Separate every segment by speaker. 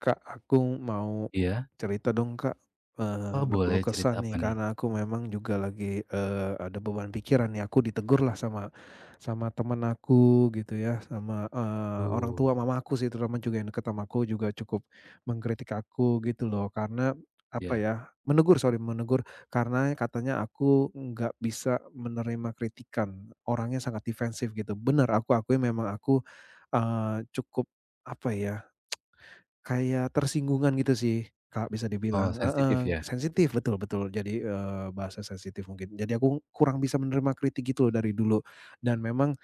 Speaker 1: Kak, aku mau
Speaker 2: Iya?
Speaker 1: cerita dong Kak,
Speaker 2: Oh boleh,
Speaker 1: berkeluh kesah
Speaker 2: cerita apa
Speaker 1: nih
Speaker 2: nih?
Speaker 1: karena aku memang juga lagi, ada beban pikiran nih, aku ditegur lah sama sama temen aku gitu ya, sama, orang
Speaker 2: Duh,
Speaker 1: tua mama aku sih terutama juga yang deket sama aku juga cukup mengkritik aku gitu loh karena, apa
Speaker 2: iya.
Speaker 1: ya, menegur sorry menegur karena katanya aku nggak bisa menerima kritikan, orangnya sangat defensif gitu. Bener aku akui memang aku, cukup, apa ya, kayak tersinggungan gitu sih, Kak, bisa
Speaker 2: Oh
Speaker 1: dibilang
Speaker 2: sensitif
Speaker 1: heeh,
Speaker 2: ya?
Speaker 1: sensitif, betul betul. Jadi, bahasa sensitif mungkin. Jadi aku kurang bisa menerima kritik gitu loh dari dulu, dan memang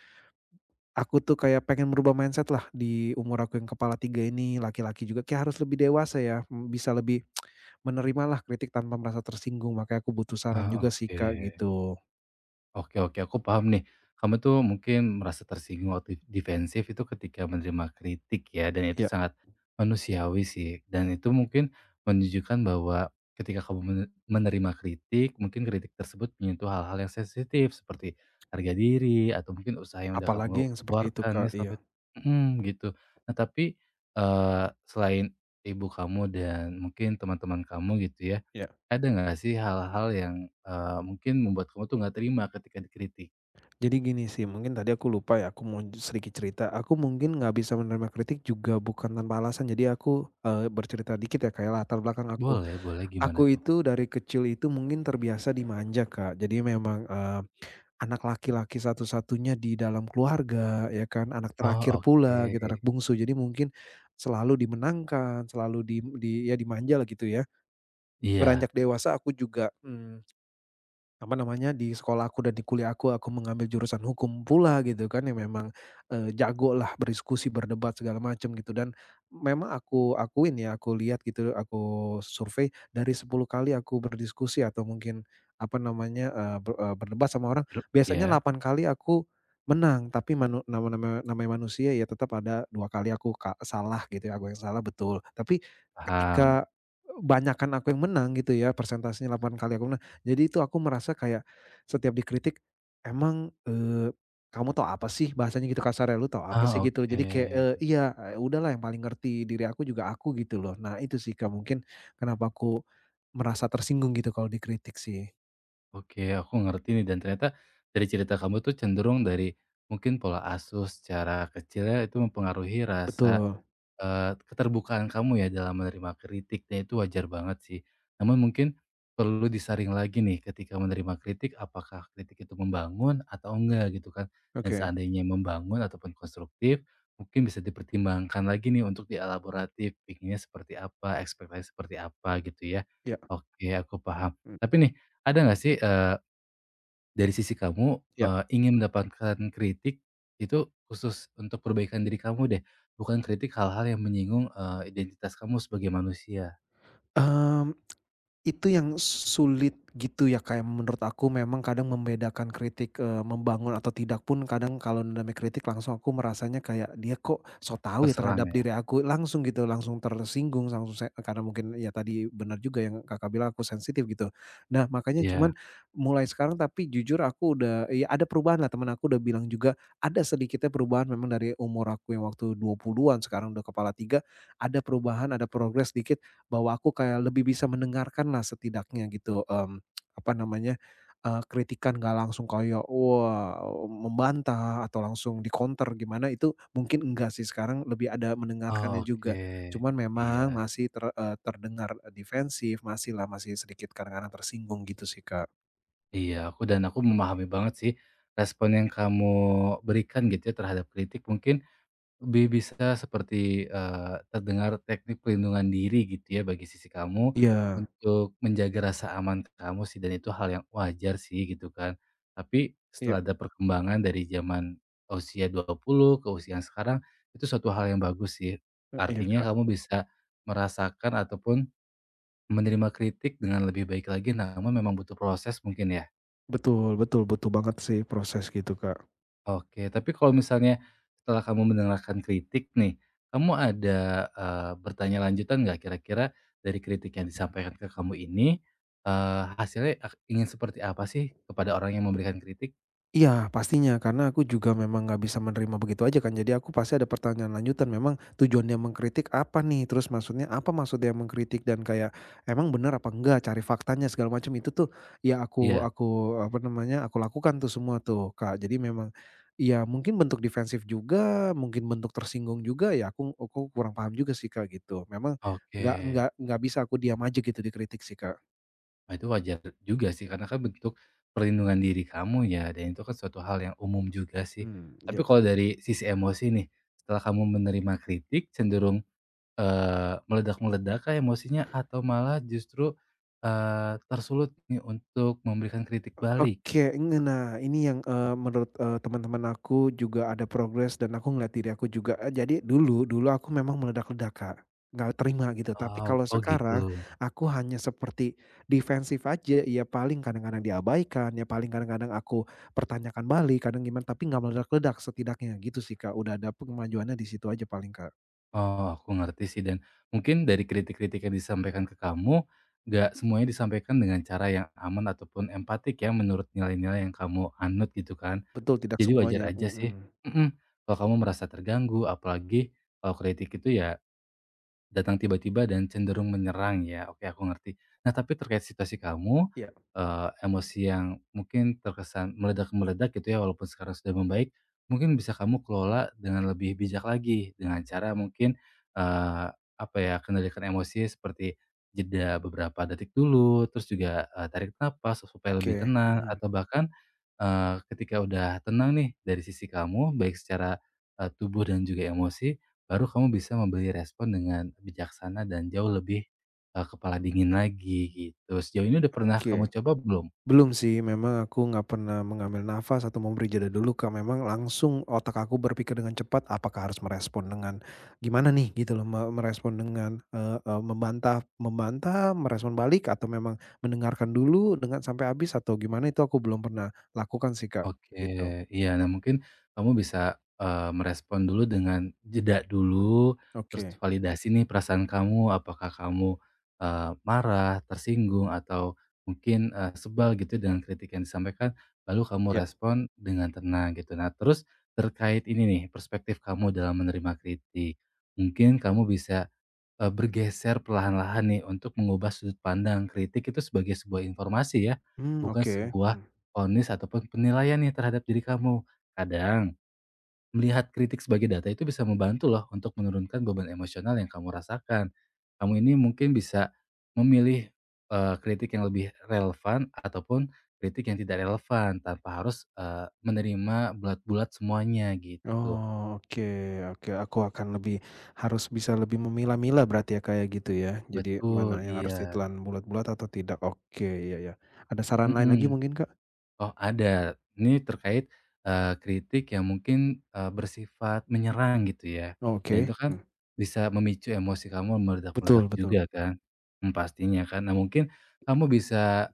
Speaker 1: aku tuh kayak pengen merubah mindset lah di umur aku yang kepala 3 ini, laki-laki juga kayak harus lebih dewasa ya, bisa lebih menerimalah kritik tanpa merasa tersinggung, makanya aku butuh saran
Speaker 2: Ah
Speaker 1: juga sih,
Speaker 2: oke.
Speaker 1: Kak, gitu.
Speaker 2: Oke, aku paham nih. Kamu tuh mungkin merasa tersinggung atau defensif itu ketika menerima kritik ya, dan itu
Speaker 1: Ya,
Speaker 2: sangat manusiawi sih. Dan itu mungkin menunjukkan bahwa ketika kamu menerima kritik, mungkin kritik tersebut menyentuh hal-hal yang sensitif seperti harga diri atau mungkin usaha yang udah kamu
Speaker 1: apalagi yang seperti itu,
Speaker 2: keluarkan
Speaker 1: Kak,
Speaker 2: nih
Speaker 1: iya,
Speaker 2: sampai Mm, gitu. Nah, tapi selain ibu kamu dan mungkin teman-teman kamu gitu ya,
Speaker 1: iya.
Speaker 2: ada nggak sih hal-hal yang, mungkin membuat kamu tuh nggak terima ketika dikritik?
Speaker 1: Jadi gini sih, mungkin tadi aku lupa ya, sedikit cerita. Aku mungkin nggak bisa menerima kritik juga bukan tanpa alasan. Jadi aku, bercerita dikit ya, kayak latar belakang aku.
Speaker 2: Boleh boleh, gimana
Speaker 1: Aku
Speaker 2: tuh?
Speaker 1: itu dari kecil itu mungkin terbiasa dimanja, Kak. Jadi memang, anak laki-laki satu-satunya di dalam keluarga, ya kan, anak
Speaker 2: Oh,
Speaker 1: terakhir
Speaker 2: oke.
Speaker 1: pula gitu, anak bungsu. Jadi mungkin selalu dimenangkan, selalu di ya dimanja lah gitu ya.
Speaker 2: Iya,
Speaker 1: Beranjak dewasa aku juga, apa namanya, di sekolah aku dan di kuliah aku mengambil jurusan hukum pula gitu kan, yang memang, jago lah berdiskusi, berdebat segala macam gitu dan memang aku akuin ya, aku lihat gitu, aku survei dari 10 kali aku berdiskusi atau mungkin apa namanya, berdebat sama orang,
Speaker 2: dru
Speaker 1: biasanya
Speaker 2: iya,
Speaker 1: 8 kali aku menang, tapi manu nama nama namanya manusia ya tetap ada 2 kali aku salah gitu ya, aku yang salah betul. Tapi
Speaker 2: paham.
Speaker 1: ketika, banyakkan aku yang menang gitu ya, persentasenya 8 kali aku menang jadi itu aku merasa kayak setiap dikritik, "Emang, eee, kamu tahu apa sih?" Bahasanya gitu kasarnya, "Lu tahu apa sih?"
Speaker 2: Ah,
Speaker 1: Gitu. Jadi kayak,
Speaker 2: oke.
Speaker 1: iya, udahlah yang paling ngerti diri aku juga aku gitu loh. Nah itu sih Kak mungkin kenapa aku merasa tersinggung gitu kalau dikritik sih.
Speaker 2: Oke, aku ngerti nih dan ternyata dari cerita kamu tuh cenderung dari mungkin pola asuh secara kecilnya itu mempengaruhi rasa
Speaker 1: Betul.
Speaker 2: Keterbukaan kamu ya dalam menerima kritiknya itu wajar banget sih. Namun mungkin perlu disaring lagi nih ketika menerima kritik, apakah kritik itu membangun atau enggak gitu kan. Dan
Speaker 1: Oke.
Speaker 2: seandainya membangun ataupun konstruktif, mungkin bisa dipertimbangkan lagi nih untuk dielaboratif, pikirnya seperti apa, ekspektasi seperti apa gitu ya.
Speaker 1: Iya.
Speaker 2: Oke, aku paham.
Speaker 1: Mmm.
Speaker 2: Tapi nih, ada nggak sih, dari sisi kamu,
Speaker 1: Iya.
Speaker 2: ingin mendapatkan kritik itu khusus untuk perbaikan diri kamu deh, bukan kritik hal-hal yang menyinggung, identitas kamu sebagai manusia,
Speaker 1: Mmm. Itu yang sulit gitu ya, kayak menurut aku memang kadang membedakan kritik, membangun atau tidak pun kadang kalau namanya kritik langsung aku merasanya kayak, "Dia kok so tahu ya
Speaker 2: terserang
Speaker 1: terhadap
Speaker 2: ya?
Speaker 1: diri aku?" Langsung gitu, langsung tersinggung, langsung se karena mungkin ya tadi benar juga yang Kakak bilang aku sensitif gitu. Nah makanya
Speaker 2: Iya.
Speaker 1: cuman mulai sekarang tapi jujur aku udah ya ada perubahan lah, teman aku udah bilang juga, ada sedikitnya perubahan memang dari umur aku yang waktu 20-an sekarang udah kepala 3 ada perubahan, ada progres dikit bahwa aku kayak lebih bisa mendengarkan lah setidaknya gitu, apa namanya, kritikan gak langsung kayak, wah, membantah atau langsung di-counter gimana itu mungkin enggak sih, sekarang lebih ada mendengarkannya
Speaker 2: Oh, oke.
Speaker 1: juga. Cuman
Speaker 2: Iya
Speaker 1: memang masih terdengar defensif, masih lah masih sedikit kadang-kadang tersinggung gitu sih, Kak.
Speaker 2: iya, aku memahami banget sih respon yang kamu berikan gitu ya terhadap kritik mungkin lebih bisa seperti, terdengar teknik pelindungan diri gitu ya bagi sisi kamu,
Speaker 1: Iya
Speaker 2: untuk menjaga rasa aman kamu sih dan itu hal yang wajar sih gitu kan. Tapi
Speaker 1: iya,
Speaker 2: setelah ada perkembangan dari zaman usia 20 ke usia yang sekarang, itu suatu hal yang bagus sih.
Speaker 1: e iya,
Speaker 2: Artinya
Speaker 1: Kak.
Speaker 2: kamu bisa merasakan ataupun menerima kritik dengan lebih baik lagi, namun memang butuh proses mungkin ya?
Speaker 1: Betul betul betul banget sih proses gitu, Kak.
Speaker 2: Oke, tapi kalau misalnya setelah kamu mendengarkan kritik nih, kamu ada, bertanya lanjutan nggak kira-kira dari kritik yang disampaikan ke kamu ini, hasilnya ingin seperti apa sih kepada orang yang memberikan kritik?
Speaker 1: Iya pastinya, karena aku juga memang nggak bisa menerima begitu aja kan. Jadi aku pasti ada pertanyaan lanjutan, memang tujuan dia mengkritik apa nih? Terus maksudnya apa maksudnya mengkritik dan kayak emang benar apa enggak, cari faktanya segala macam itu tuh ya aku
Speaker 2: Iya,
Speaker 1: aku apa namanya, aku lakukan tuh semua tuh, Kak. Jadi memang ya mungkin bentuk defensif juga, mungkin bentuk tersinggung juga ya aku kurang paham juga sih, Kak, gitu. Memang
Speaker 2: oke.
Speaker 1: nggak bisa aku diam aja gitu dikritik sih, Kak.
Speaker 2: Nah, itu wajar juga sih karena kan bentuk perlindungan diri kamu ya dan itu kan suatu hal yang umum juga sih.
Speaker 1: Hmm,
Speaker 2: Tapi
Speaker 1: ya.
Speaker 2: kalau dari sisi emosi nih, setelah kamu menerima kritik cenderung meledak-meledak kah emosinya atau malah justru, tersulut nih untuk memberikan kritik balik?
Speaker 1: Oke, nge Nah ini yang, menurut, teman-teman aku juga ada progres dan aku ngelihat diri aku juga, jadi dulu dulu aku memang meledak-ledak, Kak, nggak terima gitu. Tapi
Speaker 2: Oh
Speaker 1: kalau
Speaker 2: oh gitu.
Speaker 1: sekarang aku hanya seperti defensif aja, ya paling kadang-kadang diabaikan, ya paling kadang-kadang aku pertanyakan balik, kadang gimana, tapi nggak meledak-ledak setidaknya gitu sih, Kak. Udah ada kemajuannya di situ aja paling, Kak.
Speaker 2: Oh, aku ngerti sih dan mungkin dari kritik-kritik yang disampaikan ke kamu, nggak semuanya disampaikan dengan cara yang aman ataupun empatik ya menurut nilai-nilai yang kamu anut gitu kan.
Speaker 1: Betul, tidak
Speaker 2: Jadi wajar
Speaker 1: semuanya
Speaker 2: aja sih
Speaker 1: mhm,
Speaker 2: mhm, kalau kamu merasa terganggu apalagi kalau kritik itu ya datang tiba-tiba dan cenderung menyerang ya, oke aku ngerti. Nah tapi terkait situasi kamu,
Speaker 1: iya.
Speaker 2: emosi yang mungkin terkesan meledak-meledak gitu ya walaupun sekarang sudah membaik, mungkin bisa kamu kelola dengan lebih bijak lagi, dengan cara mungkin, eee, apa ya, kendalikan emosi seperti jeda beberapa detik dulu, terus juga, tarik napas supaya
Speaker 1: Oke,
Speaker 2: lebih tenang
Speaker 1: mhm,
Speaker 2: atau bahkan, ketika udah tenang nih dari sisi kamu baik secara, tubuh dan juga emosi, baru kamu bisa memberi respon dengan bijaksana dan jauh lebih, kepala dingin lagi gitu. Sejauh ini udah pernah
Speaker 1: oke.
Speaker 2: kamu coba belum?
Speaker 1: Belum sih, memang aku nggak pernah mengambil nafas atau memberi jeda dulu, Kak. Memang langsung otak aku berpikir dengan cepat, apakah harus merespon dengan gimana nih gitu loh, merespon dengan, eee eee, membantah membantah, merespon balik, atau memang mendengarkan dulu dengan sampai habis atau gimana itu aku belum pernah lakukan sih, Kak, gitu.
Speaker 2: Oke, iya. Nah mungkin kamu bisa, merespon dulu dengan jeda dulu, terus
Speaker 1: Oke,
Speaker 2: validasi nih perasaan kamu, apakah kamu, marah, tersinggung, atau mungkin, sebal gitu dengan kritik yang disampaikan, lalu kamu
Speaker 1: ya.
Speaker 2: respon dengan tenang gitu. Nah terus terkait ini nih, perspektif kamu dalam menerima kritik. Mungkin kamu bisa bergeser perlahan-lahan nih untuk mengubah sudut pandang kritik itu sebagai sebuah informasi ya,
Speaker 1: Mmm,
Speaker 2: bukan
Speaker 1: oke.
Speaker 2: sebuah
Speaker 1: Mhm.
Speaker 2: vonis ataupun penilaian nih terhadap diri kamu. Kadang, melihat kritik sebagai data itu bisa membantu loh untuk menurunkan beban emosional yang kamu rasakan. Kamu ini mungkin bisa memilih, kritik yang lebih relevan ataupun kritik yang tidak relevan tanpa harus, menerima bulat-bulat semuanya gitu.
Speaker 1: Oh, oke oke, aku akan lebih harus bisa lebih memilah-milah berarti ya, kayak gitu ya. Jadi mana
Speaker 2: Betul,
Speaker 1: yang harus
Speaker 2: iya,
Speaker 1: ditelan bulat-bulat atau tidak. Oke, iya ya. Ada saran lain lagi
Speaker 2: mhm.
Speaker 1: mungkin, Kak?
Speaker 2: Oh ada. Ini terkait, kritik yang mungkin, bersifat menyerang gitu ya. Dan itu
Speaker 1: Oke,
Speaker 2: kan
Speaker 1: mmm,
Speaker 2: bisa memicu emosi kamu meledak-meledak
Speaker 1: betul betul.
Speaker 2: juga kan. Mmm, pastinya kan. Nah mungkin kamu bisa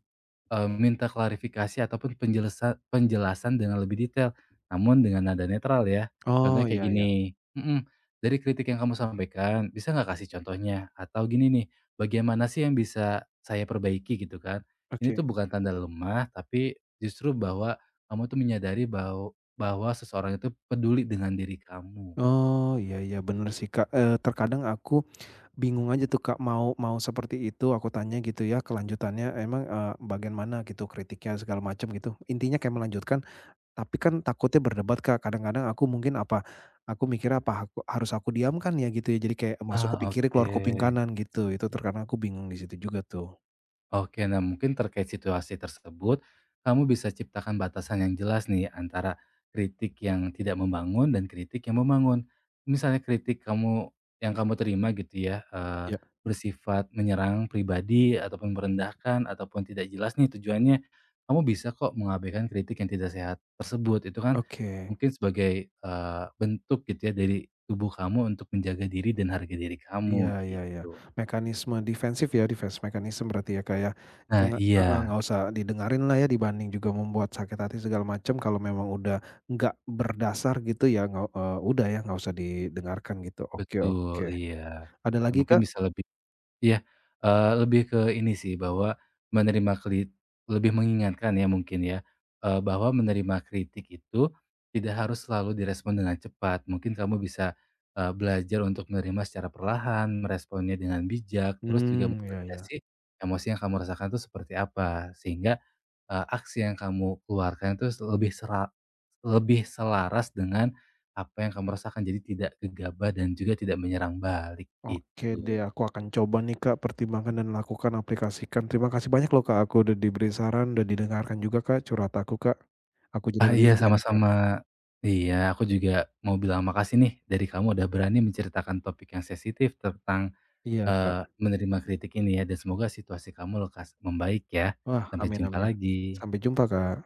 Speaker 2: Minta klarifikasi ataupun penjelasan penjelasan dengan lebih detail, namun dengan nada netral ya.
Speaker 1: Oh,
Speaker 2: Contohnya kayak
Speaker 1: iya iya,
Speaker 2: gini mhm, "Dari kritik yang kamu sampaikan, bisa nggak kasih contohnya?" Atau gini nih, bagaimana sih yang bisa saya perbaiki?" Gitu kan. Ini
Speaker 1: oke.
Speaker 2: tuh bukan tanda lemah, tapi justru bahwa kamu tuh menyadari bahwa bahwa seseorang itu peduli dengan diri kamu.
Speaker 1: Oh, iya iya, bener sih, Kak. Terkadang aku bingung aja tuh, Kak, mau mau seperti itu aku tanya gitu ya kelanjutannya emang, bagian mana gitu kritiknya segala macam gitu. Intinya kayak melanjutkan tapi kan takutnya berdebat, Kak. Kadang-kadang aku mungkin apa, aku mikir apa aku harus aku diamkan ya gitu ya, jadi kayak masuk
Speaker 2: Ah,
Speaker 1: kuping kiri,
Speaker 2: oke.
Speaker 1: keluar kuping kanan gitu. Itu terkadang aku bingung di situ juga tuh.
Speaker 2: Oke, nah mungkin terkait situasi tersebut, kamu bisa ciptakan batasan yang jelas nih antara kritik yang tidak membangun dan kritik yang membangun. Misalnya kritik kamu yang kamu terima gitu ya,
Speaker 1: Ya,
Speaker 2: bersifat menyerang pribadi ataupun merendahkan ataupun tidak jelas nih tujuannya, kamu bisa kok mengabaikan kritik yang tidak sehat tersebut. Itu kan
Speaker 1: oke.
Speaker 2: mungkin sebagai bentuk gitu ya dari tubuh kamu untuk menjaga diri dan harga diri
Speaker 1: Iya
Speaker 2: kamu
Speaker 1: iya iya.
Speaker 2: gitu.
Speaker 1: Mekanisme defensif ya, defense mechanism berarti ya, Kak, ya.
Speaker 2: Nah,
Speaker 1: Jangan heeh, nggak
Speaker 2: iya.
Speaker 1: usah didengarin lah ya, dibanding juga membuat sakit hati segala macam kalau memang udah nggak berdasar gitu ya, nggak, udah ya nggak usah didengarkan gitu. Oke oke.
Speaker 2: Betul, iya.
Speaker 1: Ada
Speaker 2: Nah,
Speaker 1: lagi,
Speaker 2: mungkin
Speaker 1: Kak?
Speaker 2: bisa lebih iya, lebih ke ini sih, bahwa menerima lebih mengingatkan ya mungkin ya, bahwa menerima kritik itu tidak harus selalu direspon dengan cepat. Mungkin kamu bisa, belajar untuk menerima secara perlahan, meresponnya dengan bijak, terus juga
Speaker 1: Mmm, iya iya.
Speaker 2: memvalidasi emosi yang kamu rasakan itu seperti apa. Sehingga aksi yang kamu keluarkan itu lebih selaras dengan apa yang kamu rasakan, jadi tidak gegabah dan juga tidak menyerang balik,
Speaker 1: Oke deh,
Speaker 2: gitu.
Speaker 1: aku akan coba nih Kak, pertimbangkan dan lakukan aplikasikan. Terima kasih banyak loh Kak, aku udah diberi saran, udah didengarkan juga Kak, curhat aku Kak. Aku jadi
Speaker 2: Ah,
Speaker 1: lebih
Speaker 2: iya,
Speaker 1: lega nih Kak.
Speaker 2: sama-sama. Iya, aku juga mau bilang makasih nih dari kamu udah berani menceritakan topik yang sensitif tentang,
Speaker 1: Iya Kak.
Speaker 2: menerima kritik ini ya, dan semoga situasi kamu lekas membaik ya.
Speaker 1: Wah,
Speaker 2: Sampai
Speaker 1: amin
Speaker 2: jumpa
Speaker 1: amin.
Speaker 2: lagi.
Speaker 1: Sampai jumpa Kak.